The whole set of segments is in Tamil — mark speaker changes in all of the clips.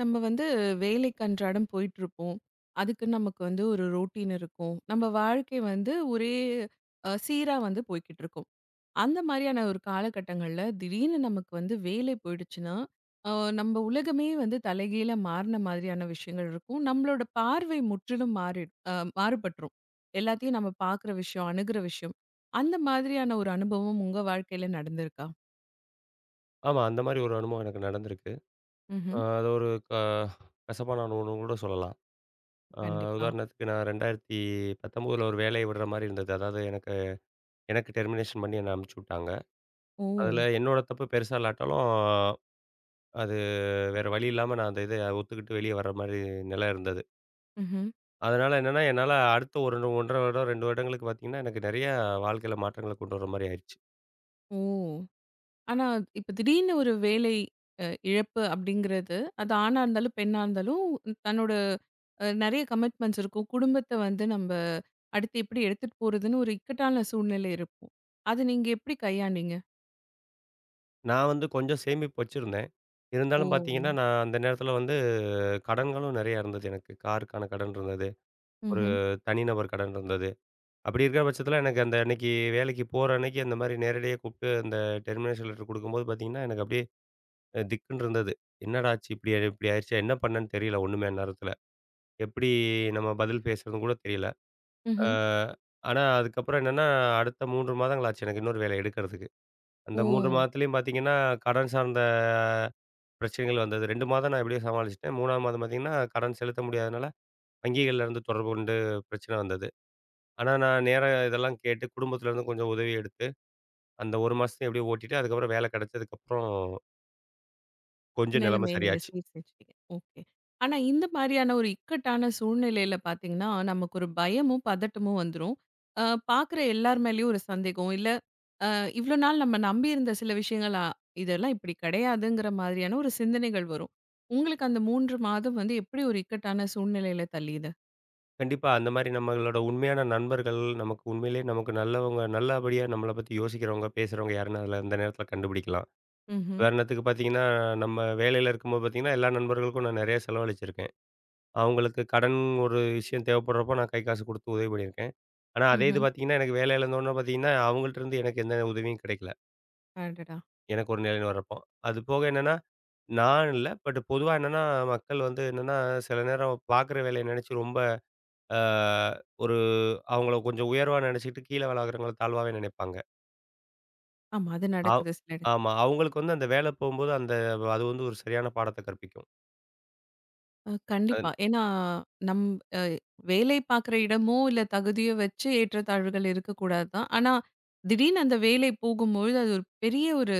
Speaker 1: நம்ம வந்து வேலைக்கு அன்றாடம் போயிட்டுருப்போம். அதுக்கு நமக்கு வந்து ஒரு ரொட்டீன் இருக்கும். நம்ம வாழ்க்கை வந்து ஒரே சீரா வந்து போய்க்கிட்டுருக்கும். அந்த மாரியான ஒரு காலகட்டங்கள்ல திடீர்னு நமக்கு வந்து வேலை போயிடுச்சுன்னா, அ நம்ம உலகமே வந்து தலைகீழா மாறுன மாதிரியான விஷயங்கள் இருக்கும். நம்மளோட பார்வை முற்றிலும் மாறி அ மாறுபட்டுரும். எல்லாத்தையும் நம்ம பார்க்குற விஷயம், அணுகுற விஷயம். அந்த மாதிரியான ஒரு அனுபவம் உங்க வாழ்க்கையில நடந்திருக்கா?
Speaker 2: ஆமா. அந்த மாரி ஒரு அனுபவம் எனக்கு நடந்திருக்கு. அ
Speaker 1: ம்ஹ்ம்.
Speaker 2: அது ஒரு கசப்பான அனுபவம்னு கூட சொல்லலாம். அ
Speaker 1: கண்டிப்பா.
Speaker 2: உதாரணத்துக்கு நான் 2019ல ஒரு வேலைய விடுற மாரி இருந்தது. அதாவது எனக்கு எனக்கு டெர்மினேஷன் பண்ணி என்ன அனுப்பிச்சு விட்டாங்க.
Speaker 1: ஓ!
Speaker 2: அதில என்னோட தப்பு பெருசா இல்லாட்டாலும், அது வேற வழி இல்லாம நான் அந்த இத ஒத்துக்கிட்டு வெளிய வர்ற மாரி நிலை இருந்தது.
Speaker 1: ம்ஹ்ம்.
Speaker 2: அதனால என்னன்னா, என்னால அடுத்த ஒரு 1 1/2 வருடம், 2 வருடங்களுக்கு பார்த்தீங்கன்னா, எனக்கு நெறைய வாழ்க்கையில மாற்றங்கள கொண்டு வர மாரி ஆயிருச்சு.
Speaker 1: ஓ! ஆனா, இப்ப திடீர்னு ஒரு வேலை இழப்பு அப்படிங்கிறது, அது ஆணா இருந்தாலும், பெண்ணா இருந்தாலும் தன்னோட நெறைய கமிட்மெண்ட்ஸ் இருக்கும். குடும்பத்த வந்து நம்ப அடுத்து எப்படி எடுத்துட்டு போறதுன்னு ஒரு இக்கட்டான சூழ்நிலை இருக்கும். அத நீங்க எப்படி கையாண்டீங்க?
Speaker 2: நான் வந்து கொஞ்சம் சேமிப்பு வச்சிருந்தேன்.
Speaker 1: ஓ!
Speaker 2: இருந்தாலும் பார்த்தீங்கன்னா, நான் அந்த நேரத்தில வந்து கடன்களும் நெறையா இருந்தது எனக்கு. காருக்கான கடன் இருந்தது. ஒரு
Speaker 1: ம்ஹ்ம்.
Speaker 2: தனிநபர் கடன் இருந்தது. அப்படி இருக்கிற பட்சத்தில எனக்கு அந்த அன்னைக்கு வேலைக்கு போற அன்னைக்கு அந்த மாரி நேரடியா கூப்ட்டு அந்த டெர்மினேஷன் லெட்டர் குடுக்கும்போது பார்த்தீங்கன்னா, எனக்கு அப்படியே திக்குன்னு இருந்தது. என்னடா ஆச்சு? இப்படி ஆயிருச்சா? என்ன பண்ணேன்னு தெரியல ஒண்ணுமே அந்நேரத்தில. எப்படி நம்ம பதில் பேசுறதுன்னு கூட தெரியல. ஆ
Speaker 1: ம்ஹ்ம்.
Speaker 2: ஆனா அதுக்கப்புறம் என்னன்னா, அடுத்த 3 மாதங்கள் ஆச்சு எனக்கு இன்னொரு வேலை எடுக்கிறதுக்கு. அந்த
Speaker 1: ஓ!
Speaker 2: 3 மாதத்துலயும் பார்த்தீங்கன்னா, கடன் சார்ந்த பிரச்சனைகள் வந்தது. 2 மாதம் நான் எப்படியோ சமாளிச்சுட்டேன். 3ஆவது மாதம் பார்த்தீங்கன்னா, கடன் செலுத்த முடியாதனால வங்கிகள்ல இருந்து தொடர்பு கொண்டு பிரச்சனை வந்தது. ஆனா, நான் நேரா இதெல்லாம் கேட்டு குடும்பத்துலருந்து கொஞ்சம் உதவி எடுத்து, அந்த 1 மாசத்தையும் எப்படியோ ஓட்டிட்டு, அதுக்கப்புறம் வேலை கிடைச்சதுக்கப்புறம் கொஞ்சம் நிலைமை
Speaker 1: நிலைமைய நீங்க
Speaker 2: சரியாச்சு.
Speaker 1: சீர் செஞ்சுட்டீங்க. ஓகே. ஆனா இந்த மாரியான ஒரு இக்கட்டான சூழ்நிலையில பார்த்தீங்கன்னா, நமக்கு ஒரு பயமும், பதட்டமும் வந்துரும். அ பார்க்குற எல்லார் மேலயும் ஒரு சந்தேகம். இல்ல அ இவ்ளோ நாள் நம்ம நம்பியிருந்த சில விஷயங்கள், இதெல்லாம் இப்படி கிடையாதுங்கிற மாதிரியான ஒரு சிந்தனைகள் வரும். உங்களுக்கு அந்த 3 மாதம் வந்து எப்படி ஒரு இக்கட்டான சூழ்நிலையில தள்ளியது?
Speaker 2: கண்டிப்பா அந்த மாரி நம்மளோட உண்மையான நண்பர்கள், நமக்கு உண்மையிலேயே நமக்கு நல்லவங்க, நல்லபடியா நம்மள பத்தி யோசிக்கிறவங்க, பேசுறவங்க யாருன்னு அதுல அந்த நேரத்துல கண்டுபிடிக்கலாம்.
Speaker 1: ம்ஹ்ம்,
Speaker 2: உதாரணத்துக்கு பார்த்தீங்கன்னா, நம்ம வேலையில இருக்கும்போது பார்த்தீங்கன்னா, எல்லா நண்பர்களுக்கும் நான் நெறைய செலவழிச்சிருக்கேன். அவங்களுக்கு கடன் ஒரு விஷயம் தேவைப்படுறப்போ நான் கை காசு குடுத்து உதவி பண்ணியிருக்கேன். ஆனா, அதே இது
Speaker 1: ம்ஹ்ம்.
Speaker 2: பார்த்தீங்கன்னா, எனக்கு வேலையில இருந்தோன்னே பார்த்தீங்கன்னா, அவங்கள்ட்டருந்து எனக்கு எந்த உதவியும் கிடைக்கல.
Speaker 1: அடடா!
Speaker 2: எனக்கு ஒரு நிலைன்னு வர்றப்போ. அது போக என்னன்னா, நான் இல்ல. பொதுவா என்னன்னா, மக்கள் வந்து என்னன்னா, சில நேரம் பார்க்குற வேலைய நெனச்சு ரொம்ப அ ஒரு அவங்கள கொஞ்சம் உயர்வா நெனச்சுக்கிட்டு, கீழ வேல பார்க்குறவங்கள தாழ்வாவே நெனைப்பாங்க.
Speaker 1: ஆமா. அது
Speaker 2: அவ்
Speaker 1: நடக்குது சில இடங்கள்ல.
Speaker 2: ஆமா. அவங்களுக்கு வந்து அந்த வேல போம்போது, அந்த அது வந்து ஒரு சரியான பாடத்த கற்பிக்கும். அதன்
Speaker 1: கண்டிப்பா. ஏன்னா, நம் அ வேலை பார்க்குற இடமோ, இல்ல தகுதியோ வச்சு ஏற்றத்தாழ்வுகள் இருக்கக்கூடாது தான். ஆனா, திடீர்னு அந்த வேலை போகும்பொழுது, அது ஒரு பெரிய ஒரு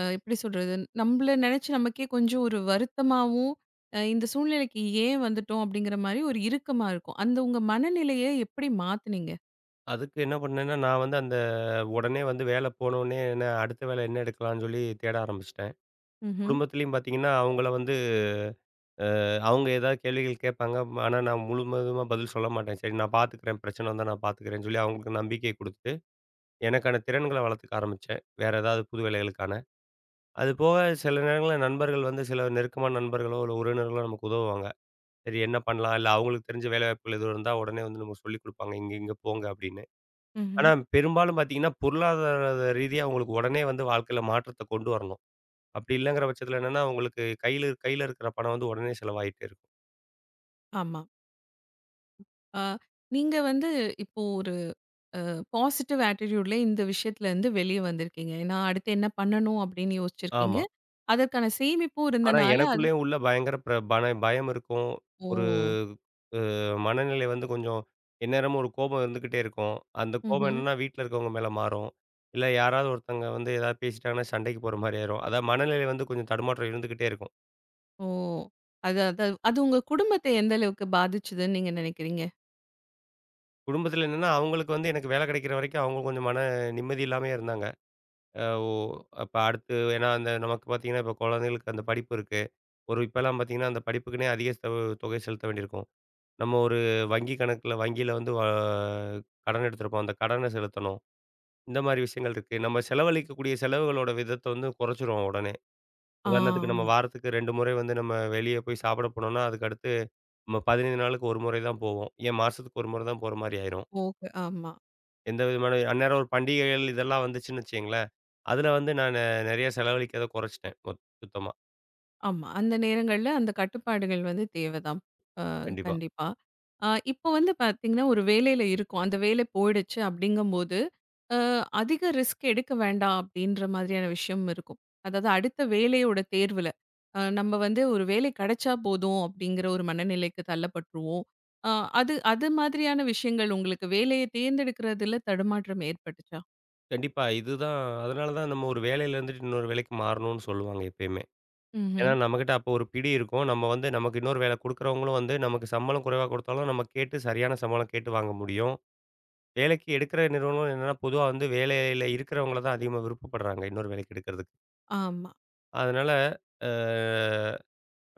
Speaker 1: எப்படி சொல்றது? நம்மள நெனச்சு நமக்கே கொஞ்சம் ஒரு வருத்தமாவும், இந்த சூழ்நிலைக்கு ஏன் வந்துட்டோம்? அப்படிங்கிற மாரி ஒரு இறுக்கமா இருக்கும். அந்த உங்க மனநிலைய எப்படி மாத்துனீங்க?
Speaker 2: அதுக்கு என்ன பண்ணேன்னா, நான் வந்து உடனே வந்து வேல போனோனே என்ன அடுத்த வேல என்ன எடுக்கலான்னு சொல்லி தேட ஆரம்பிச்சுட்டேன்.
Speaker 1: ம்ஹ்ம்.
Speaker 2: குடும்பத்திலயும் பார்த்தீங்கன்னா, அவங்கள வந்து அவங்க ஏதாவது கேள்விகள் கேட்பாங்க. ஆனா நான் முழுவதுமா பதில் சொல்ல மாட்டேன். சரி நான் பார்த்துக்கிறேன். பிரச்சனை வந்தா நான் பார்த்துக்கிறேன்னு சொல்லி அவங்களுக்கு நம்பிக்கை குடுத்து எனக்கான திறன்கள வளர்த்துக்க ஆரம்பிச்சேன். வேற ஏதாவது புது வேலைகளுக்கான. அது போக சில நேரங்கள்ல நண்பர்கள் வந்து சில நெருக்கமான நண்பர்களோ, இல்ல உறவினர்களோ நமக்கு உதவுவாங்க. சரி என்ன பண்ணலாம்? இல்ல அவங்களுக்கு தெரிஞ்ச வேலைவாய்ப்புகள் எதுவும் இருந்தா உடனே வந்து நமக்கு சொல்லிக் குடுப்பாங்க. இங்க இங்க போங்க அப்படின்னு.
Speaker 1: ம்ஹ்ம்.
Speaker 2: ஆனா பெரும்பாலும் பார்த்தீங்கன்னா, பொருளாதார ரீதியா அவங்களுக்கு உடனே வந்து வாழ்க்கையில மாற்றத்த கொண்டு வரணும். அப்படி இல்லங்கிற பட்சத்தில என்னன்னா, அவங்களுக்கு கையில கையில இருக்கிற பணம் வந்து உடனே செலவாயிட்டே இருக்கும்.
Speaker 1: ஆமா. அ நீங்க வந்து இப்போ ஒரு பாசிட்டிவ் ஆட்டிட்யூட்ல இந்த விஷயத்துலருந்து வெளிய வந்திருக்கீங்க. ஏன்னா, அடுத்து என்ன பண்ணணும் அப்படின்னு யோசிச்சிருக்கீங்க.
Speaker 2: ஆமா.
Speaker 1: அதற்கான சேமிப்பும்
Speaker 2: ஆனா,
Speaker 1: இருந்தனால அது
Speaker 2: எனக்குள்ளேயும் உள்ள பயங்கர பிர பன பயம் இருக்கும்.
Speaker 1: ஓ!
Speaker 2: ஒரு அ மனநிலை வந்து கொஞ்சம் எந்நேரமும் ஒரு கோபம் இருந்துக்கிட்டே இருக்கும். அந்த கோபம்
Speaker 1: ம்ஹ்ம்.
Speaker 2: என்னன்னா, வீட்ல இருக்கவங்க மேல மாறும். இல்ல யாராவது ஒருத்தங்க வந்து ஏதாவது பேசிட்டாங்கன்னா, சண்டைக்கு போற மாரி ஆயிரும். அதான் மனநிலை வந்து கொஞ்சம் தடுமாற்றம் இருந்துக்கிட்டே இருக்கும்.
Speaker 1: ஓ! அது அது அது உங்க குடும்பத்த எந்த அளவுக்கு பாதிச்சதுன்னு நீங்க நினைக்கிறீங்க?
Speaker 2: குடும்பத்தில என்னன்னா, அவங்களுக்கு வந்து எனக்கு வேலை கிடைக்கிற வரைக்கும் அவங்க கொஞ்சம் மன நிம்மதி இல்லாமயே இருந்தாங்க. அ ஓ அப்ப அடுத்து ஏன்னா, அந்த நமக்கு பார்த்தீங்கன்னா, இப்ப குழந்தைகளுக்கு அந்த படிப்பு இருக்கு. ஒரு இப்பலாம் பார்த்தீங்கன்னா, அந்த படிப்புக்குன்னே அதிக செலவு தொகை செலுத்த வேண்டியிருக்கும். நம்ம ஒரு வங்கியில வந்து வ கடன் எடுத்திருப்போம். அந்த கடன செலுத்தணும். இந்த மாரி விஷயங்கள் இருக்கு. நம்ம செலவழிக்கக்கூடிய செலவுகளோட விதத்த வந்து குறைச்சிருவோம் உடனே.
Speaker 1: ஆ,
Speaker 2: உதாரணத்துக்கு நம்ம
Speaker 1: ஆமா.
Speaker 2: வாரத்துக்கு 2 முறை வந்து நம்ம வெளிய போய் சாப்பிட போனோம்னா, அதுக்கு அடுத்து நம்ம 15 நாளுக்கு ஒரு முறை தான் போவோம். ஏன் மாசத்துக்கு ஒரு முறை தான் போற மாரி ஆயிரும்.
Speaker 1: ஓகே. ஆமா.
Speaker 2: எந்த விதமான அந்நேரம் ஒரு பண்டிகைகள் இதெல்லாம் வந்துச்சுன்னு வச்சுக்கங்களேன், அதுல வந்து நான் நெறைய செலவழிக்கிறத குறைச்சிட்டேன். சுத்தமா.
Speaker 1: ஆமா. அந்த நேரங்கள்ல அந்த கட்டுப்பாடுகள் வந்து தேவைதான். அ
Speaker 2: கண்டிப்பா.
Speaker 1: கண்டிப்பா. இப்போ வந்து பார்த்தீங்கன்னா, ஒரு வேலையில இருக்கோம். அந்த வேலை போயிடுச்சு அப்படிங்கும்போது, அ அதிக ரிஸ்க் எடுக்க வேண்டாம் அப்படின்ற மாதிரியான விஷயம் இருக்கும். அதாவது அடுத்த வேலையோட தேர்வுல, நம்ம வந்து ஒரு வேலை கிடைச்சா போதும் அப்படிங்கிற ஒரு மனநிலைக்கு தள்ளப்பட்டுருவோம். அ அது அது மாதிரியான விஷயங்கள் உங்களுக்கு வேலையை தேர்ந்தெடுக்கிறதுல தடுமாற்றம் ஏற்பட்டுச்சா?
Speaker 2: கண்டிப்பா. இதுதான் அதனால தான் நம்ம ஒரு வேலையில இருந்துட்டு இன்னொரு வேலைக்கு மாறணும்னு சொல்லுவாங்க எப்பயுமே. ஏன்னா,
Speaker 1: ம்ஹ்ம்.
Speaker 2: நம்மகிட்ட அப்போ ஒரு பிடி இருக்கும். நம்ம வந்து நமக்கு இன்னொரு வேலை குடுக்குறவங்களும் வந்து நமக்கு சம்பளம் குறைவா குடுத்தாலும், நம்ம கேட்டு சரியான சம்பளம் கேட்டு வாங்க முடியும். வேலைக்கு எடுக்கிற நிறுவனம் என்னன்னா, பொதுவா வந்து வேலையில இருக்கிறவங்கள தான் அதிகமா விருப்பப்படுறாங்க, இன்னொரு வேலைக்கு எடுக்கிறதுக்கு.
Speaker 1: ஆமா.
Speaker 2: அதனால, அ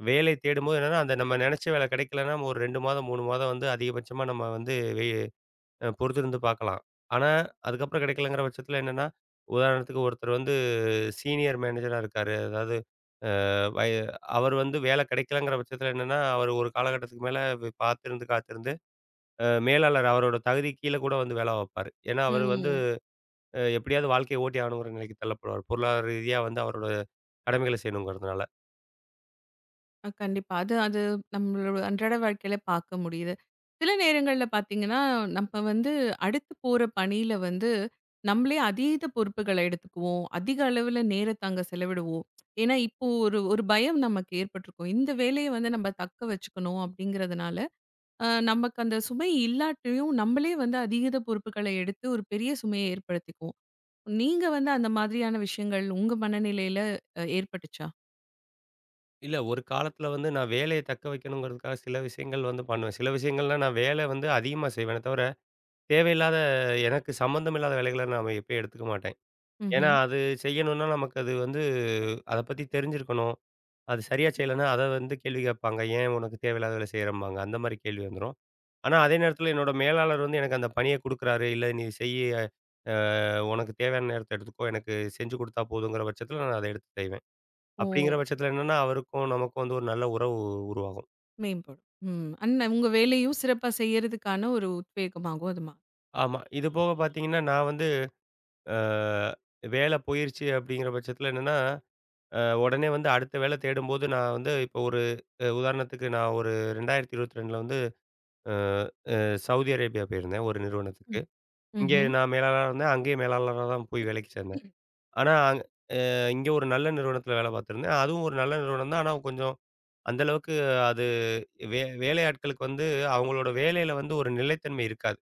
Speaker 2: வேலை தேடும்போது என்னன்னா, அந்த நம்ம நெனைச்ச வேலை கிடைக்கலன்னா, ஒரு 2 மாதம், 3 மாதம் வந்து அதிகபட்சமா நம்ம வந்து வெ அ பொறுத்திருந்து பார்க்கலாம். ஆனா, அதுக்கப்புறம் கிடைக்கலங்கிற பட்சத்தில என்னன்னா, உதாரணத்துக்கு ஒருத்தர் வந்து சீனியர் மேனேஜரா இருக்காரு. அதாவது வய அவர் வந்து வேலை கிடைக்கலங்கிற பட்சத்தில என்னன்னா, அவர் ஒரு காலகட்டத்துக்கு மேல காத்திருந்து, காத்திருந்து மேலாளர் அவரோட தகுதிக்கு கீழ கூட வந்து வேலை பாப்பாரு. ஏன்னா, அவரு வந்து
Speaker 1: ம்.
Speaker 2: எப்படியாவது வாழ்க்கைய ஓட்டி ஆகணுங்கிற நிலைக்கு தள்ளப்படுவார். பொருளாதார ரீதியா வந்து அவரோட கடமைகள செய்யணுங்கிறதுனால.
Speaker 1: கண்டிப்பா. அது அது நம்மளோட அன்றாட வாழ்க்கையில பார்க்க முடியுது. சில நேரங்கள்ல பார்த்தீங்கன்னா, நம்ம வந்து அடுத்து போற பணியில வந்து நம்மளே அதீத பொறுப்புகள எடுத்துக்குவோம். அதிக அளவுல நேரத்த அங்க செலவிடுவோம். ஏன்னா, இப்போ ஒரு ஒரு பயம் நமக்கு ஏற்பட்டிருக்கும். இந்த வேலைய வந்து நம்ம தக்க வச்சுக்கணும் அப்படிங்கிறதுனால, நமக்கு அந்த சுமை இல்லாட்டியும் நம்மளே வந்து அதீத பொறுப்புகள எடுத்து ஒரு பெரிய சுமைய ஏற்படுத்திக்குவோம். நீங்க வந்து அந்த மாதிரியான விஷயங்கள் உங்க மனநிலையில ஏற்பட்டுச்சா?
Speaker 2: இல்ல ஒரு காலத்தில வந்து நான் வேலைய தக்க வைக்கணுங்கிறதுக்காக சில விஷயங்கள் வந்து பண்ணுவேன். சில விஷயங்கள்னா நான் வேலை வந்து அதிகமா செய்வேனே தவிர, தேவையில்லாத எனக்கு சம்மந்தம் இல்லாத வேலைகள நாம எப்பயும் எடுத்துக்க மாட்டேன். ஏன்னா,
Speaker 1: ம்ஹ்ம்.
Speaker 2: அது செய்யணும்னா நமக்கு அது வந்து அத பத்தி தெரிஞ்சிருக்கணும். அது சரியா செய்யலைன்னா, அத வந்து கேள்வி கேட்பாங்க. "ஏன் உனக்கு தேவையில்லாத வேலை செய்றம்பாங்க." அந்த மாரி கேள்வி வந்துரும். ஆனா, அதே நேரத்தில என்னோட மேலாளர் வந்து எனக்கு அந்த பணிய குடுக்குறாரு. "இல்ல நீ செய்யி. அ உனக்கு தேவையான நேரத்த எடுத்துக்கோ. எனக்கு செஞ்சு குடுத்தா போதுங்கிற பட்சத்தில நான் அத எடுத்து செய்வேன்."
Speaker 1: ஓ!
Speaker 2: அப்படிங்கிற பட்சத்தில என்னன்னா, அவருக்கும் நமக்கும் வந்து ஒரு நல்ல உறவு உருவாகும்.
Speaker 1: மேம்படும். ம். அண்ண உங்க வேலையும் சிறப்பா செய்யறதுக்கான ஒரு உத்வேகமாகும் அது மா
Speaker 2: ஆமா. இது போக பார்த்தீங்கன்னா, நான் வந்து அ வேலை போயிருச்சு அப்படிங்கிற பட்சத்தில என்னன்னா, உடனே வந்து அடுத்த வேலை தேடும்போது நான் வந்து இப்போ ஒரு உதாரணத்துக்கு நான் ஒரு 2022ல வந்து அ அ சவுதி அரேபியா போயிருந்தேன் ஒரு நிறுவனத்துக்கு.
Speaker 1: ம்.
Speaker 2: இங்கே
Speaker 1: ம்ஹ்ம்.
Speaker 2: நான் மேலாளரா இருந்தேன். அங்கேயும் மேலாளரா தான் போய் வேலைக்கு சேர்ந்தேன். ஆனா, இங்க ஒரு நல்ல நிறுவனத்தில வேலை பார்த்துருந்தேன். அதுவும் ஒரு நல்ல நிறுவனம் தான். ஆனா, கொஞ்சம் அந்த அளவுக்கு அது வேலையாட்களுக்கு வந்து அவங்களோட வேலையில வந்து ஒரு நிலைத்தன்மை இருக்காது.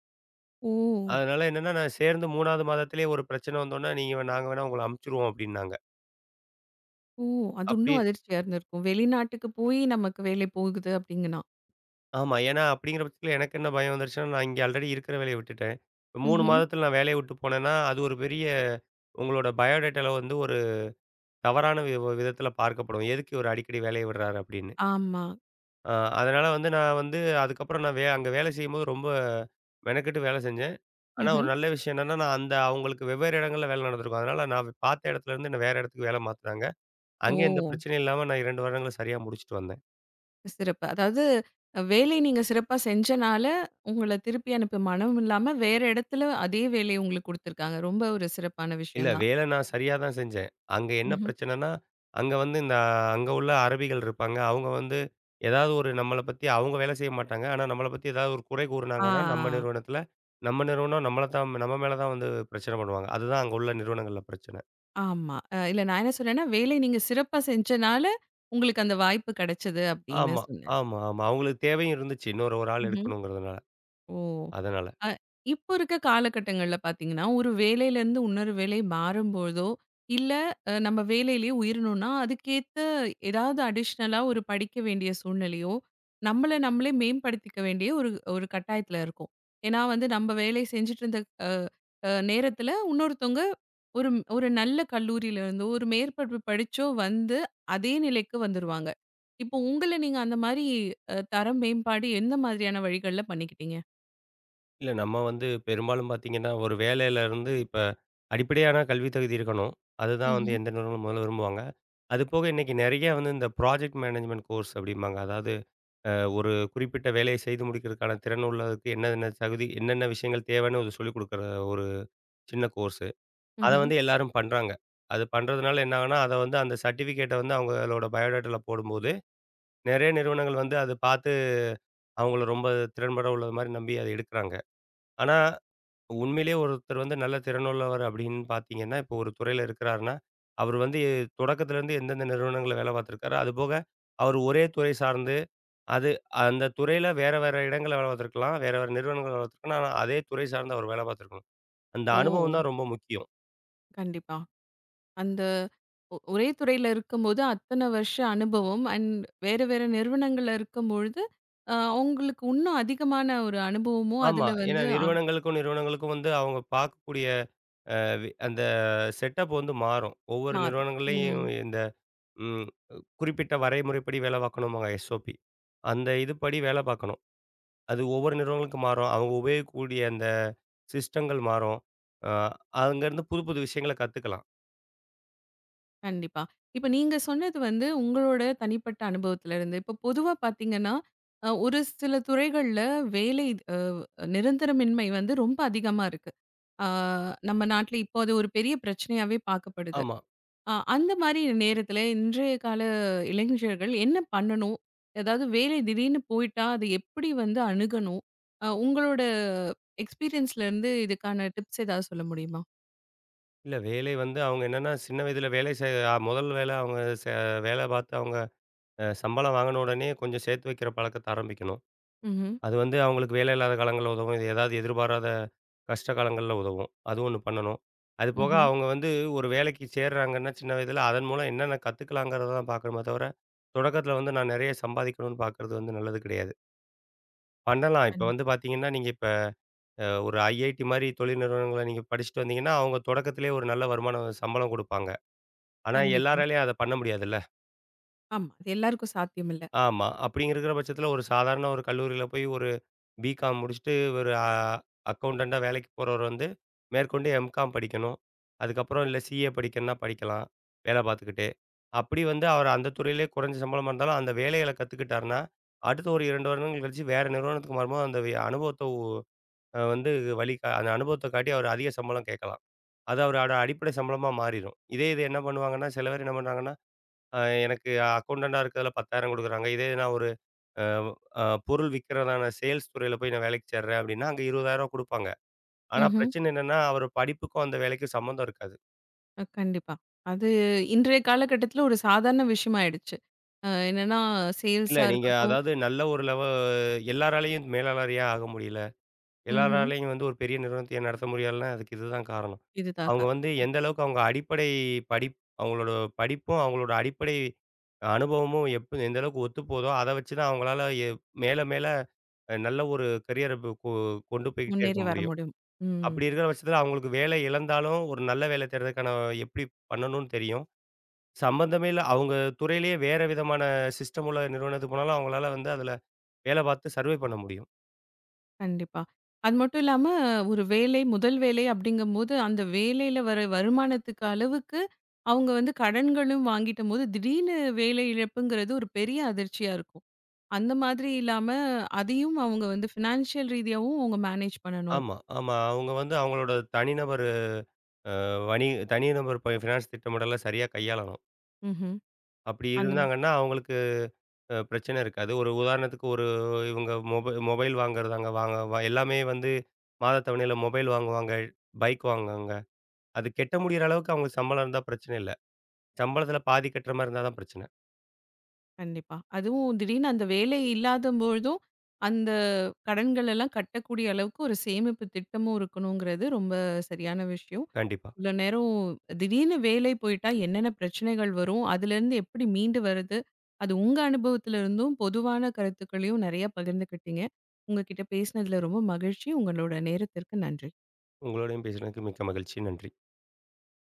Speaker 1: ஓ!
Speaker 2: அதனால என்னன்னா, நான் சேர்ந்து 3வது மாதத்திலேயே ஒரு பிரச்சனை வந்தோனே, நீங்க நாங்க வேணா உங்கள அமுச்சுருவோம் அப்டின்னாங்க.
Speaker 1: ஓ! அது இன்னும்
Speaker 2: அப்படி
Speaker 1: அதிர்ச்சியா இருந்திருக்கும். வெளிநாட்டுக்கு போய் நமக்கு வேலை போகுது அப்டிங்கன்னா.
Speaker 2: ஆமா. ஏன்னா, அப்படிங்கிற பட்சத்தில எனக்கு என்ன பயம் வந்துருச்சுன்னா, நான் இங்க ஆல்ரெடி இருக்கிற வேலைய விட்டுட்டேன். 3
Speaker 1: ம்ஹ்ம்.
Speaker 2: மாதத்தில நான் வேலைய விட்டு போனேன்னா, அது ஒரு பெரிய உங்களோட பயோடேட்டால வந்து ஒரு தவறான விதத்தில பார்க்கப்படும். எதுக்கு இவரு அடிக்கடி வேலைய விடுறாரு அப்படின்னு.
Speaker 1: ஆமா.
Speaker 2: அ அதனால வந்து நான் வந்து அதுக்கப்புறம் நான் அங்க வேலை செய்யும்போது ரொம்ப மெனக்கெட்டு வேலை செஞ்சேன். ஆனா ஒரு
Speaker 1: ம்ஹ்ம்.
Speaker 2: நல்ல விஷயம் என்னன்னா, நான் அந்த அவங்களுக்கு வெவ்வேறு இடங்கள்ல வேலை நடந்திருக்கும். அதனால நான் பார்த்த இடத்துல இருந்து என்ன வேற இடத்துக்கு வேலை மாத்துனாங்க. அங்கேயும் எந்த
Speaker 1: ஓ!
Speaker 2: பிரச்சனையும் இல்லாம நான் 2 வருடங்கள சரியா முடிச்சுட்டு வந்தேன்.
Speaker 1: சிறப்பு. அதாவது வேலை நீங்க சிறப்பா செஞ்சனால, உங்கள திருப்பி அனுப்ப மனம் இல்லாம வேற இடத்துல அதே வேலைய உங்களுக்கு குடுத்துருக்காங்க. ரொம்ப ஒரு சிறப்பான
Speaker 2: இல்ல
Speaker 1: விஷயம் தான்.
Speaker 2: வேலை நான் சரியா தான் செஞ்சேன். அங்க என்ன
Speaker 1: ம்ஹ்ம்.
Speaker 2: பிரச்சனைன்னா, அங்க வந்து அங்க உள்ள அரபிகள் இருப்பாங்க. அவங்க வந்து ஏதாவது ஒரு நம்மள பத்தி அவங்க வேலை செய்ய மாட்டாங்க. ஆனா, நம்மள பத்தி ஏதாவது ஒரு குறை கூறுனாங்கன்னா,
Speaker 1: ஆ.
Speaker 2: நம்ம நிறுவனம் நம்மள தான் நம்ம மேல தான் வந்து பிரச்சனை பண்ணுவாங்க. அதுதான் அங்க உள்ள நிறுவனங்கள்ல பிரச்சனை.
Speaker 1: ஆமா. இல்ல நான் என்ன சொன்னேன்னா, வேலை நீங்க சிறப்பா செஞ்சனால, உங்களுக்கு அந்த வாய்ப்பு கிடைச்சது அப்படின்னு
Speaker 2: ஆமா, ஆமா, ஆமா. அவங்களுக்கு தேவையும் இருந்துச்சு. இன்னொரு ஒரு ஆள்
Speaker 1: சொன்னேன்.
Speaker 2: எடுக்கணுங்கிறதுனால.
Speaker 1: ஓ!
Speaker 2: அதனால.
Speaker 1: அ இப்போ இருக்க காலகட்டங்கள்ல பார்த்தீங்கன்னா, ஒரு வேலையிலேருந்து இன்னொரு வேலை மாறும்பொழுதோ, இல்ல நம்ம வேலையிலேயே உயரணும்னா, அதுக்கேத்த ஏதாவது அடிஷ்னலா ஒரு படிக்க வேண்டிய சூழ்நிலையோ, நம்மள நம்மளே மேம்படுத்திக்க வேண்டிய ஒரு ஒரு கட்டாயத்தில இருக்கோம். ஏன்னா வந்து நம்ம வேலை செஞ்சுட்டு இருந்த அ அ நேரத்தில இன்னொருத்தவங்க ஒரு ஒரு நல்ல கல்லூரியிலேருந்தோ, ஒரு மேற்படிப்பு படிச்சோ வந்து அதே நிலைக்கு வந்துருவாங்க. இப்போ உங்கள நீங்க அந்த மாரி தரம் மேம்பாடு எந்த மாதிரியான வழிகள்ல பண்ணிக்கிட்டீங்க?
Speaker 2: இல்ல நம்ம வந்து பெரும்பாலும் பார்த்தீங்கன்னா, ஒரு வேலையில இருந்து இப்ப அடிப்படையான கல்வி தகுதி இருக்கணும். அதுதான் வந்து
Speaker 1: ம்ஹ்ம்.
Speaker 2: எந்த நிறுவனமும் முதல்ல விரும்புவாங்க. அதுபோக இன்னைக்கு நெறைய வந்து இந்த ப்ராஜெக்ட் மேனேஜ்மென்ட் கோர்ஸ் அப்படிம்பாங்க. அதாவது ஒரு குறிப்பிட்ட வேலையை செய்து முடிக்கிறதுக்கான திறன் உள்ளதுக்கு என்னென்ன தகுதி என்னென்ன விஷயங்கள் தேவைன்னு ஒரு சொல்லிக் குடுக்குற ஒரு சின்ன கோர்ஸு. அத
Speaker 1: ம்ஹ்ம்.
Speaker 2: வந்து எல்லாரும் பண்றாங்க. அது பண்றதுனால என்ன ஆகும்னா, அத வந்து அந்த சர்டிஃபிகேட்ட வந்து அவங்களோட பயோடேட்டால போடும்போது, நெறைய நிறுவனங்கள் வந்து அத பார்த்து அவங்கள ரொம்ப திறன்பட உள்ளது மாரி நம்பி அத எடுக்குறாங்க. ஆனா உண்மையிலேயே ஒருத்தர் வந்து நல்ல திறனுள்ளவர் அப்படின்னு பார்த்தீங்கன்னா, இப்போ ஒரு துறையில இருக்கிறாருன்னா, அவர் வந்து தொடக்கத்துலேருந்து எந்தெந்த நிறுவனங்கள்ல வேலை பார்த்துருக்காரு. அதுபோக அவர் ஒரே துறை சார்ந்து, அது அந்த துறையில வேற வேற இடங்கள்ல வேலை பார்த்துருக்கலாம். வேற வேற நிறுவனங்கள்ல வேலை பார்த்துருக்கலாம். ஆனா அதே துறை சார்ந்து அவர் வேலை பார்த்துருக்கணும். அந்த
Speaker 1: ஓ!
Speaker 2: அனுபவம் தான் ரொம்ப முக்கியம்.
Speaker 1: கண்டிப்பா. அந்த ஒரே துறையில இருக்கும்போது அத்தன வருஷ அனுபவம் அண்ட் வேற வேற நிறுவனங்கள்ல இருக்கும்பொழுது, அ உங்களுக்கு இன்னும் அதிகமான ஒரு அனுபவமும்
Speaker 2: ஆமா.
Speaker 1: அதுல
Speaker 2: ஏன்னா
Speaker 1: வந்து
Speaker 2: நிறுவனங்களுக்கும் நிறுவனங்களுக்கும் வந்து அவங்க பார்க்கக்கூடிய அந்த செட்டப் வந்து மாறும். ஒவ்வொரு
Speaker 1: மாறும். ம்.
Speaker 2: நிறுவனங்கள்லயும் இந்த ம் குறிப்பிட்ட வரைமுறைப்படி வேலை பார்க்கணும்பாங்க எஸ்ஓபி. அந்த இதுபடி வேலை பார்க்கணும். அது ஒவ்வொரு நிறுவனங்களுக்கு மாறும். அவங்க உபயோகிக்கக்கூடிய அந்த சிஸ்டங்கள் மாறும். அ அங்கருந்து புது புது விஷயங்கள கத்துக்கலாம்.
Speaker 1: கண்டிப்பா. இப்ப நீங்க சொன்னது வந்து உங்களோட தனிப்பட்ட அனுபவத்துல இருந்து. இப்ப பொதுவா பாத்தீங்கன்னா, ஒரு சில துறைகள்ல வேலை அ நிரந்தரமின்மை வந்து ரொம்ப அதிகமா இருக்கு. ஆ நம்ம நாட்ல இப்போ அது ஒரு பெரிய பிரச்சனையாவே பார்க்கப்படுது.
Speaker 2: ஆமா.
Speaker 1: அந்த மாரி நேரத்துல இன்றைய கால இளைஞர்கள் என்ன பண்ணணும்? ஏதாவது வேலை திடீர்னு போயிட்டா, அது எப்படி வந்து அணுகணும்? உங்களோட எக்ஸ்பீரியன்ஸ்ல இருந்து இதுக்கான டிப்ஸ் ஏதாவது சொல்ல முடியுமா?
Speaker 2: இல்ல வேலை வந்து அவங்க என்னன்னா, சின்ன வயதில வேலை செய் அ முதல் வேலை அவங்க செ வேலை பார்த்து அவங்க சம்பளம் வாங்குன உடனே கொஞ்சம் சேர்த்து வைக்கிற பழக்கத்த ஆரம்பிக்கணும்.
Speaker 1: ம்ஹ்ம்.
Speaker 2: அது வந்து அவங்களுக்கு வேலை இல்லாத காலங்கள்ல உதவும். இது ஏதாவது எதிர்பாராத கஷ்ட காலங்கள்ல உதவும். அது ஒண்ணு பண்ணணும். அது போக
Speaker 1: ம்ஹ்ம்.
Speaker 2: அவங்க வந்து ஒரு வேலைக்கு சேர்றாங்கன்னா சின்ன வயதில அதன் மூலம் என்னென்ன கத்துக்கலாங்கிறத தான் பார்க்கணுமே தவிர, தொடக்கத்தில வந்து நான் நெறைய சம்பாதிக்கணும்னு பார்க்கறது வந்து நல்லது கிடையாது. பண்ணலாம். இப்ப
Speaker 1: கண்
Speaker 2: வந்து பார்த்தீங்கன்னா, நீங்க இப்ப ஒரு ஐஐடி மாரி தொழில் நிறுவனங்கள நீங்க படிச்சுட்டு வந்தீங்கன்னா, அவங்க தொடக்கத்திலேயே ஒரு நல்ல வருமானம் சம்பளம் குடுப்பாங்க. ஆனா
Speaker 1: கண்டிப்பா.
Speaker 2: எல்லாராலயும் அத பண்ண முடியாதுல்ல.
Speaker 1: ஆமா. அது எல்லாருக்கும் சாத்தியம் இல்ல.
Speaker 2: ஆமா. அப்படிங்கிற பட்சத்தில ஒரு சாதாரண ஒரு கல்லூரியில போய் ஒரு பிகாம் முடிச்சுட்டு ஒரு அக்கவுண்டன்ட்டா வேலைக்கு போறவர் வந்து, மேற்கொண்டு எம்காம் படிக்கணும். அதுக்கப்புறம் இல்ல சிஏ படிக்கணும்னா படிக்கலாம், வேலை பார்த்துக்கிட்டே. அப்படி வந்து அவர் அந்த துறையிலேயே குறைஞ்ச சம்பளமா இருந்தாலும், அந்த வேலைகள கத்துக்கிட்டாருன்னா, அடுத்த ஒரு 2 வருடங்கள் கழிச்சு வேற நிறுவனத்துக்கு மாறும்போது அந்த அனுபவத்த அ வந்து வழி கா அந்த அனுபவத்த காட்டி அவர் அதிக சம்பளம் கேட்கலாம். அது அவரோட அடிப்படை சம்பளமா மாறிரும். இதே இது என்ன பண்ணுவாங்கன்னா, சில பேர் என்ன பண்றாங்கன்னா, அ எனக்கு அக்கவுண்டன்டா இருக்கிறதுல 10,000 குடுக்குறாங்க. இதே நான் ஒரு அ அ பொருள் விக்கிறதான சேல்ஸ் துறையில போய் நான் வேலைக்கு சேர்றேன் அப்படின்னா, அங்க ரூ. 20,000 குடுப்பாங்க. ஆனா
Speaker 1: ம்ஹ்ம்.
Speaker 2: பிரச்சனை என்னன்னா, அவர் படிப்புக்கும் அந்த வேலைக்கும் சம்மந்தம் இருக்காது.
Speaker 1: கண்டிப்பா. அது இன்றைய காலகட்டத்துல ஒரு சாதாரண விஷயம் ஆயிடுச்சு. என்னன்னா
Speaker 2: இல்ல
Speaker 1: சேல்ஸா
Speaker 2: நீங்க
Speaker 1: இருக்கட்டும்
Speaker 2: அதாவது நல்ல ஒரு எல்லாராலயும் மேலாளரியா ஆக முடியல.
Speaker 1: ம்ஹ்ம்.
Speaker 2: எல்லாராலயும் வந்து ஒரு பெரிய நிறுவனத்தையே நடத்த முடியாதுன்னா, அதுக்கு இதுதான் காரணம்.
Speaker 1: இதுதான்
Speaker 2: அவங்க வந்து
Speaker 1: காரணம்.
Speaker 2: எந்த அளவுக்கு அவங்க அடிப்படை படிப் அவங்களோட படிப்பும், அவங்களோட அடிப்படை அனுபவமும் எப்ப எந்த அளவுக்கு ஒத்துப்போதோ, அத வச்சு தான் அவங்களால மேல மேல நல்ல ஒரு கரியர பு கொ கொண்டு போய்க்கிட்டே இருக்க
Speaker 1: முன்னேறி வர
Speaker 2: முடியும்.
Speaker 1: முடியும். ம்.
Speaker 2: அப்படி இருக்கிற பட்சத்தில அவங்களுக்கு வேலை இழந்தாலும், ஒரு நல்ல வேலை தேடுறதுக்கான எப்படி பண்ணணும்னு தெரியும். சம்பந்தமே இல்ல அவங்க துறையிலேயே வேற விதமான சிஸ்டம் உள்ள நிறுவனத்துக்கு போனாலும், அவங்களால வந்து அதில வேலை பார்த்து சர்வே பண்ண முடியும்.
Speaker 1: கண்டிப்பா. அது மட்டும் இல்லாம ஒரு வேலை, முதல் வேலை அப்படிங்கும்போது, அந்த வேலையில வர வருமானத்துக்கு அளவுக்கு அவங்க வந்து கடன்களும் வாங்கிட்டம்போது, திடீர்னு வேலை இழப்புங்கிறது ஒரு பெரிய அதிர்ச்சியா இருக்கும். அந்த மாதிரி இல்லாம, அதையும் அவங்க வந்து ஃபினான்ஷியல் ரீதியாவும் அவங்க மேனேஜ் பண்ணணும்.
Speaker 2: ஆமா, ஆமா. அவங்க வந்து அவங்களோட தனிநபர் வணி தனிநபர் ப ஃபினான்ஸ் திட்டமிடலை சரியா கையாளணும்.
Speaker 1: ம்ஹ்ம்.
Speaker 2: அப்படி
Speaker 1: அந்த
Speaker 2: இருந்தாங்கன்னா, அவங்களுக்கு பிரச்சனை இருக்காது. ஒரு உதாரணத்துக்கு ஒரு இவங்க மொபைல் வாங்குறதாங்க வாங்க வ எல்லாமே வந்து மாதத் தவணையில மொபைல் வாங்குவாங்க, பைக் வாங்குவாங்க. அது கெட்ட முடியிற அளவுக்கு அவங்களுக்கு சம்பளம் இருந்தா பிரச்சனை இல்ல. சம்பளத்தில பாதி கட்டுற மாரி இருந்தா தான் பிரச்சனை.
Speaker 1: கண்டிப்பா. அதுவும் திடீர்னு அந்த வேலை இல்லாதம்பொழுதும், அந்த கடன்கள் எல்லாம் கட்டக்கூடிய அளவுக்கு ஒரு சேமிப்பு திட்டமும் இருக்கணுங்கிறது ரொம்ப சரியான விஷயம்.
Speaker 2: கண்டிப்பா.
Speaker 1: இவ்வளோ நேரம் திடீர்னு வேலை போயிட்டா என்னென்ன பிரச்சனைகள் வரும்? அதுலேருந்து எப்படி மீண்டு வரது? அது உங்க அனுபவத்துல இருந்தும், பொதுவான கருத்துக்களையும் நெறைய பகிர்ந்துக்கிட்டீங்க. உங்க கிட்ட பேசினதுல ரொம்ப மகிழ்ச்சி. உங்களோட நேரத்திற்கு நன்றி.
Speaker 2: உங்களோடையும் பேசினதுக்கு மிக்க மகிழ்ச்சி. நன்றி.